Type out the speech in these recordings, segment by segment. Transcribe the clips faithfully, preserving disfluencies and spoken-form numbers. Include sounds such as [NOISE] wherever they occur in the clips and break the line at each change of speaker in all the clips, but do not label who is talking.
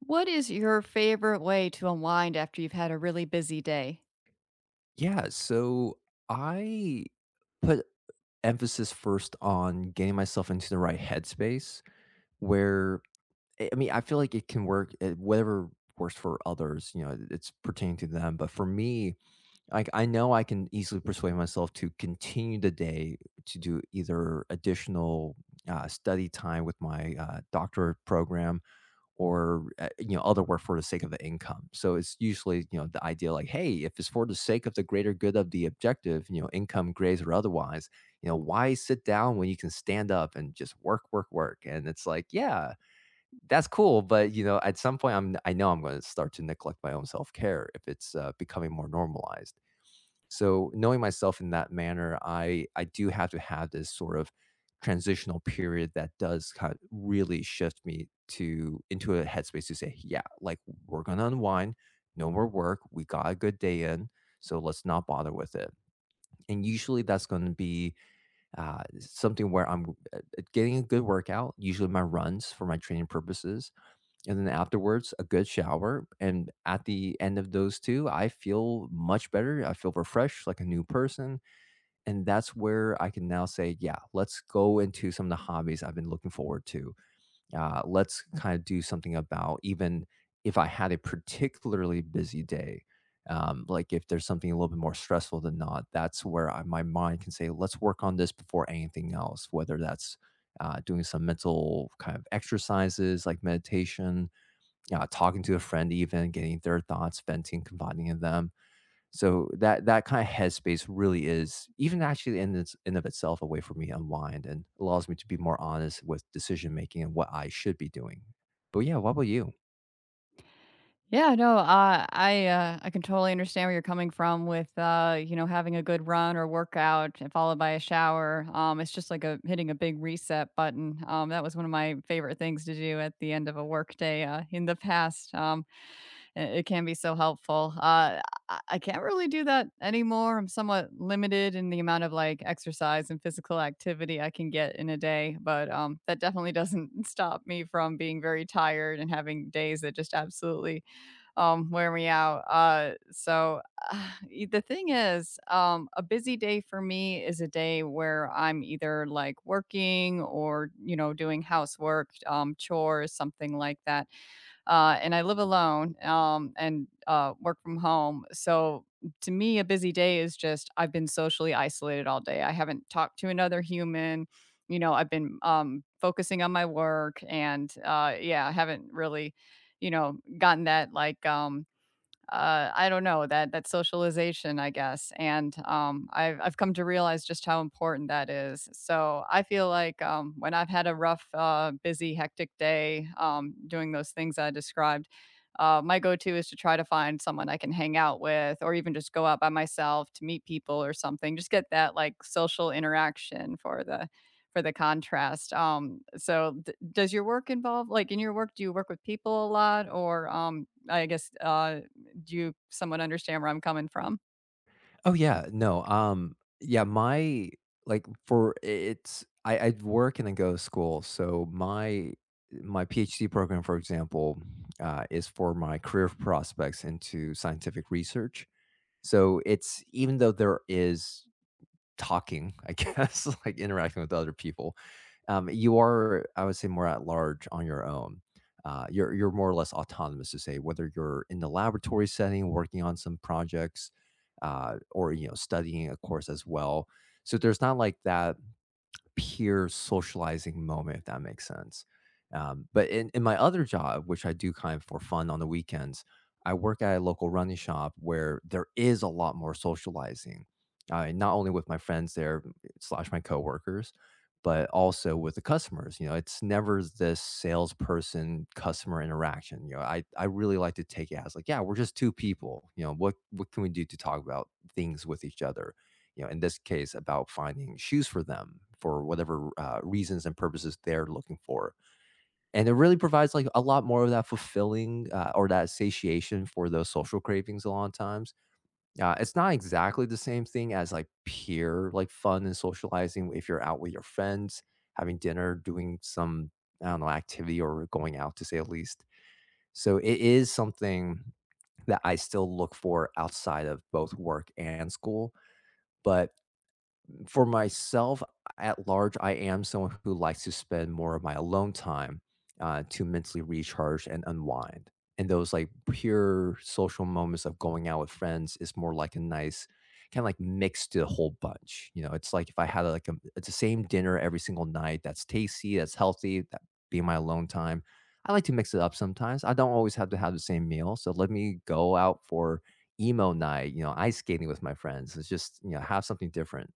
What is your favorite way to unwind after you've had a really busy day?
Yeah, so I put emphasis first on getting myself into the right headspace where I I mean, I feel like it can work eh, whatever works for others, you know, it's pertaining to them, but for me, like I know I can easily persuade myself to continue the day to do either additional uh, study time with my uh, doctorate program or, uh, you know, other work for the sake of the income. So it's usually, you know, the idea like, hey, if it's for the sake of the greater good of the objective, you know, income, grades, or otherwise, you know, why sit down when you can stand up and just work, work, work? And it's like, yeah, that's cool. But, you know, at some point, I'm, I know I'm going to start to neglect my own self care if it's uh, becoming more normalized. So knowing myself in that manner, I I do have to have this sort of transitional period that does kind of really shift me to into a headspace to say, yeah, like we're gonna unwind, no more work, we got a good day in, so let's not bother with it. And usually that's going to be uh, something where I'm uh, uh, getting a good workout. Usually my runs for my training purposes, and then afterwards a good shower and at the end of those two I feel much better, I feel refreshed, like a new person, and that's where I can now say, "Yeah, let's go into some of the hobbies I've been looking forward to. Uh, let's kinda do something about even if I had a particularly busy day." Um, like, if there's something a little bit more stressful than not, that's where I my mind can say, "Let's work on this before anything else," whether that's, uh, doing some mental kind of exercises like meditation, uh, talking to a friend, even getting their thoughts, venting, confiding in them, so that that kind of headspace really is even actually in its in of itself a way for me to unwind and allows me to be more honest with decision making and what I should be doing. But yeah, what about you?
Yeah, no, uh, I uh, I can totally understand where you're coming from with uh, you know, having a good run or workout and followed by a shower. Um, it's just like a hitting a big reset button. Um, that was one of my favorite things to do at the end of a work day uh, in the past. Um, it, it can be so helpful. Uh, I, I can't really do that anymore. I'm somewhat limited in the amount of like exercise and physical activity I can get in a day, but um, that definitely doesn't [LAUGHS] stop me from being very tired and having days that just absolutely um, wear me out. Uh, so [SIGHS] uh, y- the thing is, um, a busy day for me is a day where I'm either like working or, you know, doing housework, um, chores, something like that, uh, and I live alone, um, and uh, work from home. So to me, a busy day is just I've been socially isolated all day. I haven't talked to another human. You know, I've been um, focusing on my work, and uh, yeah, I haven't really, you know, gotten that like um, uh, I don't know, that that socialization, I guess, and um, I've I've come to realize just how important that is. So I feel like um, when I've had a rough, uh, busy, hectic day um, doing those things I described, uh, my go-to is to try to find someone I can hang out with, or even just go out by myself to meet people or something. Just get that like social interaction for the for the contrast. Um, so d- does your work involve like in your work? Do you work with people a lot, or um, I guess, uh, do you somewhat understand where I'm coming from?
Oh yeah no um yeah my like for it's I I work and then go to school, so my my PhD program, for example, uh, is for my career prospects into scientific research. So it's, even though there is talking, I guess, [LAUGHS] like interacting with other people, um, you are, I would say, more at large on your own. Uh, you're you're more or less autonomous to say whether you're in the laboratory setting, working on some projects, uh, or you know studying a course as well. So there's not like that peer socializing moment, if that makes sense. Um, but in, in my other job, which I do kind of for fun on the weekends, I work at a local running shop where there is a lot more socializing. I, not only with my friends there slash my coworkers, but also with the customers. You know, it's never this salesperson customer interaction. You know, I I really like to take it as like, yeah, we're just two people. You know, what what can we do to talk about things with each other? You know, in this case, about finding shoes for them for whatever uh, reasons and purposes they're looking for. And it really provides like a lot more of that fulfilling uh, or that satiation for those social cravings a lot of times. Uh, it's not exactly the same thing as like peer like fun and socializing if you're out with your friends, having dinner, doing some, I don't know, activity or going out to say at least. So it is something that I still look for outside of both work and school. But for myself, at large, I am someone who likes to spend more of my alone time, uh, to mentally recharge and unwind. And those, like, pure social moments of going out with friends is more like a nice kinda, like, mix to a whole bunch, you know? It's like if I had, like, a it's the same dinner every single night that's tasty, that's healthy, that being my alone time. I like to mix it up sometimes. I don't always have to have the same meal, so let me go out for emo night, you know, ice skating with my friends. It's just, you know, have something different.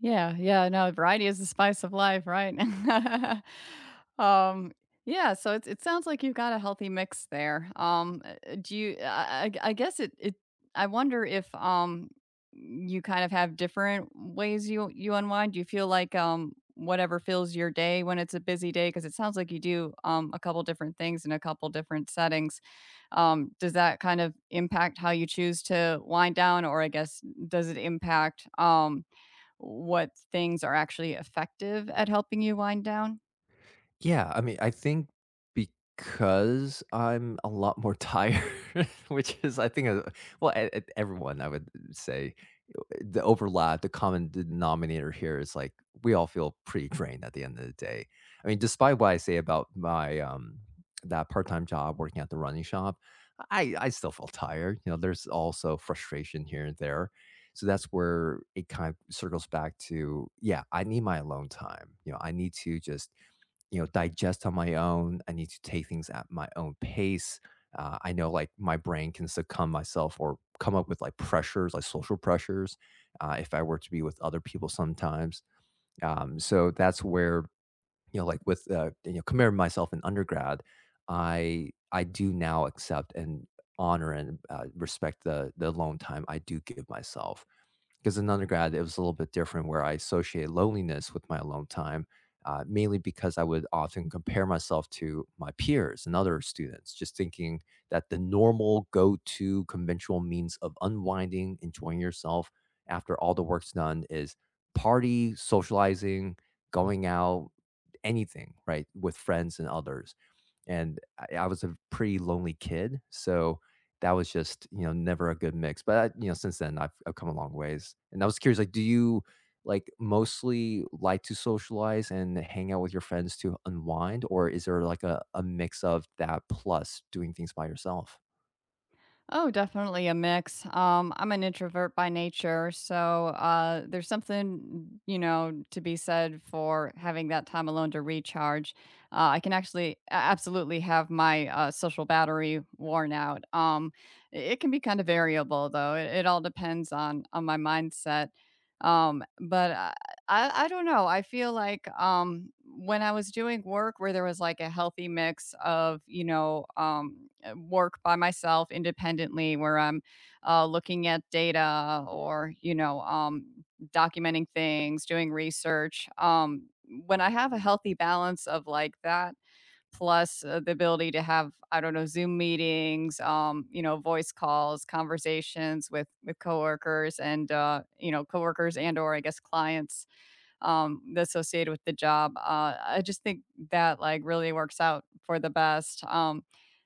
Yeah, yeah, no, variety is the spice of life, right? [LAUGHS] um, yeah, so it it sounds like you've got a healthy mix there. Um, uh, do you? I, I I guess it. It. I wonder if um you kind of have different ways you you unwind. Do you feel like um whatever fills your day when it's a busy day? Because it sounds like you do um a couple different things in a couple different settings. Um, does that kind of impact how you choose to wind down, or I guess does it impact um what things are actually effective at helping you wind down?
Yeah, I mean, I think because I'm a lot more tired, [LAUGHS] which is, I think, uh, well, e- e- everyone, I would say, the overlap, the common denominator here is like we all feel pretty [LAUGHS] drained at the end of the day. I mean, despite what I say about my um that part-time job working at the running shop, I I still feel tired. You know, there's also frustration here and there. So that's where it kind of circles back to, yeah, I need my alone time. You know, I need to just you know, digest on my own. I need to take things at my own pace. Uh, I know like my brain can succumb myself or come up with like pressures, like social pressures, uh, if I were to be with other people sometimes. Um, so that's where, you know, like with, uh, you know, comparing myself in undergrad, I, I do now accept and honor and uh, respect the, the alone time I do give myself because in undergrad, it was a little bit different where I associate loneliness with my alone time, uh, mainly because I would often compare myself to my peers and other students, just thinking that the normal go to conventional means of unwinding, enjoying yourself after all the work's done is party, socializing, going out, anything, right, with friends and others. And I, I was a pretty lonely kid. So, that was just, you know, never a good mix, but, you know, since then, I've I've come a long ways, and I was curious, like, do you, like, mostly like to socialize and hang out with your friends to unwind, or is there, like, a a mix of that plus doing things by yourself?
Oh, definitely a mix. Um, I'm an introvert by nature, so uh, there's something, you know, to be said for having that time alone to recharge. Uh, I can actually a- absolutely have my uh, social battery worn out. Um, i- it can be kind of variable though. It, it all depends on on my mindset. Um, but I, I I don't know. I feel like um, when I was doing work where there was like a healthy mix of, you know, um, uh, work by myself independently where I'm uh, looking at data or, you know, um, documenting things, doing research. Um, when I have a healthy balance of like that, plus uh, the ability to have, I don't know, Zoom meetings, um, you know, voice calls, conversations with with coworkers and, uh, you know, coworkers and or I guess clients um, associated with the job. Uh, I just think that like really works out for the best. Um,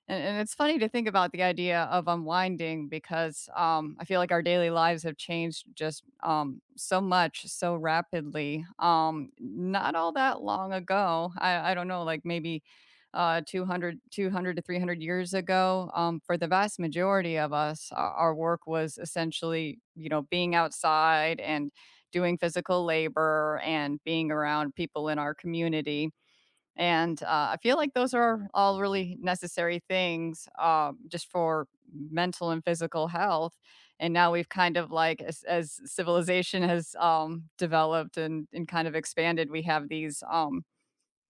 and, and it's funny to think about the idea of unwinding because um, I feel like our daily lives have changed just um, so much so rapidly. Um, not all that long ago, I, I don't know, like maybe uh, two hundred to three hundred years ago, um, for the vast majority of us, our, our work was essentially, you know, being outside and doing physical labor and being around people in our community. And uh, I feel like those are all really necessary things, um, just for mental and physical health. And now we've kind of like, as, as civilization has um, developed and, and kind of expanded, we have these um,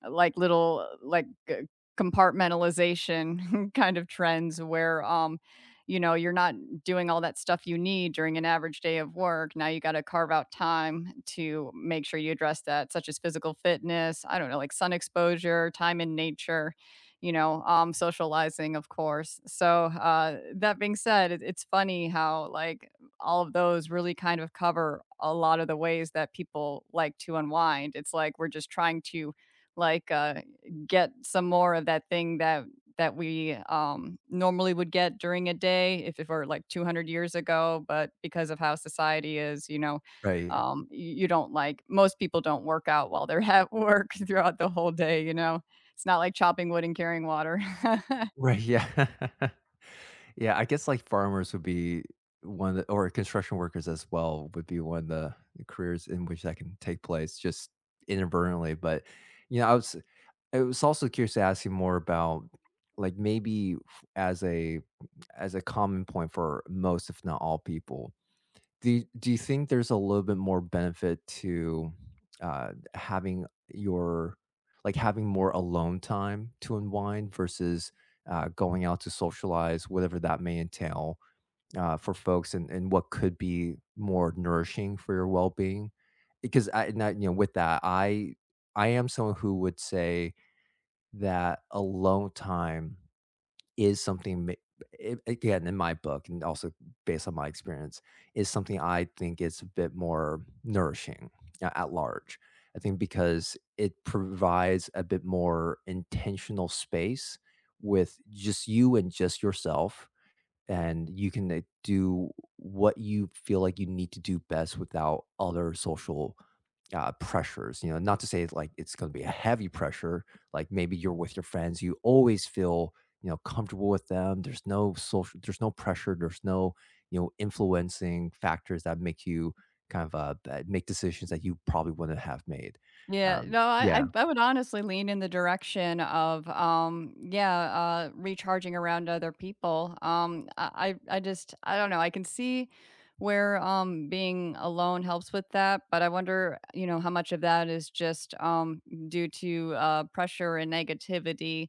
like little uh, like uh, compartmentalization [LAUGHS] kind of trends where um you know, you're not doing all that stuff you need during an average day of work. Now you got to carve out time to make sure you address that, such as physical fitness, I don't know, like sun exposure, time in nature, you know, um socializing, of course. So uh that being said, it, it's funny how like all of those really kind of cover a lot of the ways that people like to unwind. It's like we're just trying to like, uh, get some more of that thing that that we, um, normally would get during a day if it were, like, two hundred years ago, but because of how society is, you know,
Right.
um, you you don't like most people don't work out while they're at work [LAUGHS] throughout the whole day, you know? It's not like chopping wood and carrying water. [LAUGHS]
Right, yeah. [LAUGHS] Yeah, I guess, like, farmers would be one of the or construction workers as well would be one of the careers in which that can take place just inadvertently, but, you know, I was I was also curious to ask you more about, like, maybe f- as a as a common point for most, if not all people, do you, do you think there's a little bit more benefit to uh, having your like having more alone time to unwind versus uh, going out to socialize, whatever that may entail uh, for folks, and, and what could be more nourishing for your well being? Because I, and I, you know, with that, I I am someone who would say that alone time is something ma a again, in my book and also based on my experience, is something I think is a bit more nourishing a at large. I think because it provides a bit more intentional space with just you and just yourself, and you can, uh, do what you feel like you need to do best without other social uh, pressures. You know, not to say it's like it's going to be a heavy pressure. Like maybe you're with your friends, you always feel you know comfortable with them. There's no social, there's no pressure, there's no you know influencing factors that make you kind of uh, that make decisions that you probably wouldn't have made.
Yeah,
Um,
no, I I
yeah.
I would honestly lean in the direction of, um, yeah, uh, recharging around other people. Um, I I I just, I don't know. I can see where, um, being alone helps with that, but I wonder, you know, how much of that is just, um, due to, uh, pressure and negativity,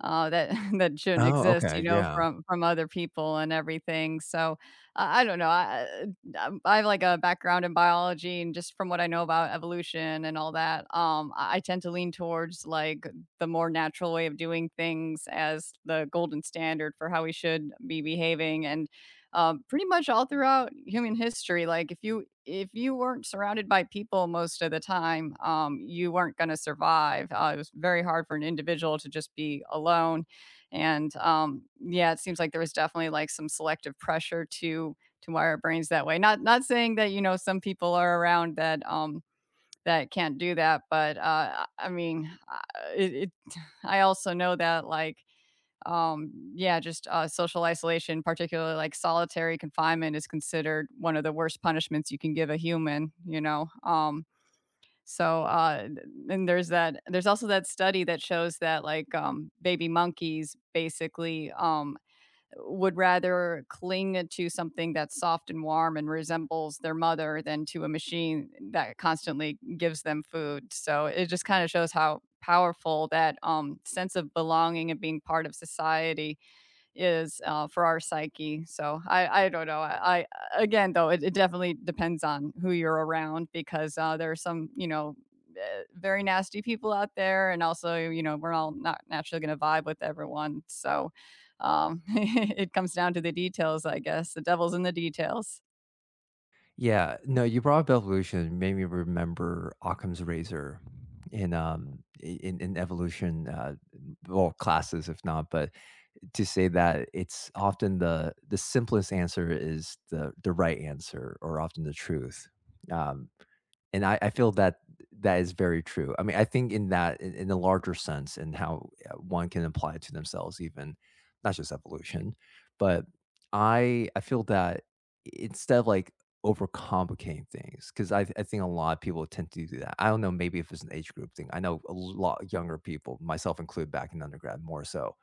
uh, that [LAUGHS] that shouldn't
Oh,
exist,
okay.
you know,
Yeah.
from from other people and everything. So, I I don't know. I I um, I have like a background in biology, and just from what I know about evolution and all that, um, I I tend to lean towards like the more natural way of doing things as the golden standard for how we should be behaving. And um, pretty much all throughout human history. Like if you if you weren't surrounded by people most of the time, um, you weren't going to survive. Uh, it was very hard for an individual to just be alone, and um, yeah, it seems like there was definitely like some selective pressure to to wire our brains that way. Not not saying that, you know, some people are around that. Um, that can't do that, but uh, I I mean, uh, it, it. [SIGHS] I also know that like um yeah just uh social isolation, particularly like solitary confinement, is considered one of the worst punishments you can give a human, you know. Um so uh th- and there's that there's also that study that shows that like um baby monkeys basically um would rather cling to something that's soft and warm and resembles their mother than to a machine that constantly gives them food. So it just kind of shows how powerful that um, sense of belonging and being part of society is, uh, for our psyche. So I I don't know. I, I again though, it, it definitely depends on who you're around because uh, there are some, you know, eh, very nasty people out there, and also, you know, we're all not naturally going to vibe with everyone. So um, [LAUGHS] it comes down to the details, I guess. The devil's in the details.
Yeah, no, you brought up evolution, made me remember Occam's razor in um i- in, in evolution uh well classes if not, but to say that it's often the the simplest answer is the the right answer or often the truth. Um and I I feel that that is very true. I mean, I think in that in in a larger sense and how, uh, one can apply it to themselves even, not just evolution, but I I feel that instead of, like, overcomplicating things, because I I think a lot of people tend to do that. I don't know, maybe if it's an age group thing. I know a lot younger people, myself included back in undergrad more so,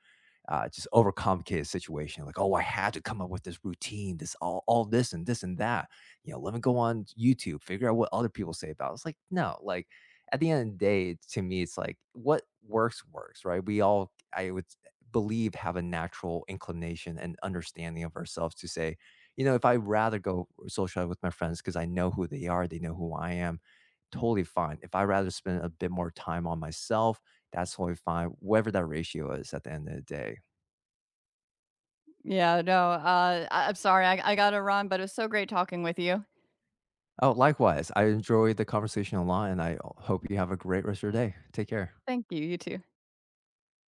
uh, just overcomplicated situation. Like, oh, I had to come up with this routine, this all, all this and this and that. You know, let me go on YouTube, figure out what other people say about. It. It's like no, like at the end of the day, to me, it's like what works works, right? We all, I would believe, have a natural inclination and understanding of ourselves to say, you know, if I rather go socialize with my friends because I know who they are, they know who I am, totally fine. If I rather spend a bit more time on myself, that's totally fine. Whatever that ratio is at the end of the day,
Yeah, no. Uh, I, I'm sorry, I, I gotta run, but it was so great talking with you.
oh, likewise. I enjoyed the conversation a lot, and I hope you have a great rest of your day. Take care.
Thank you. You too.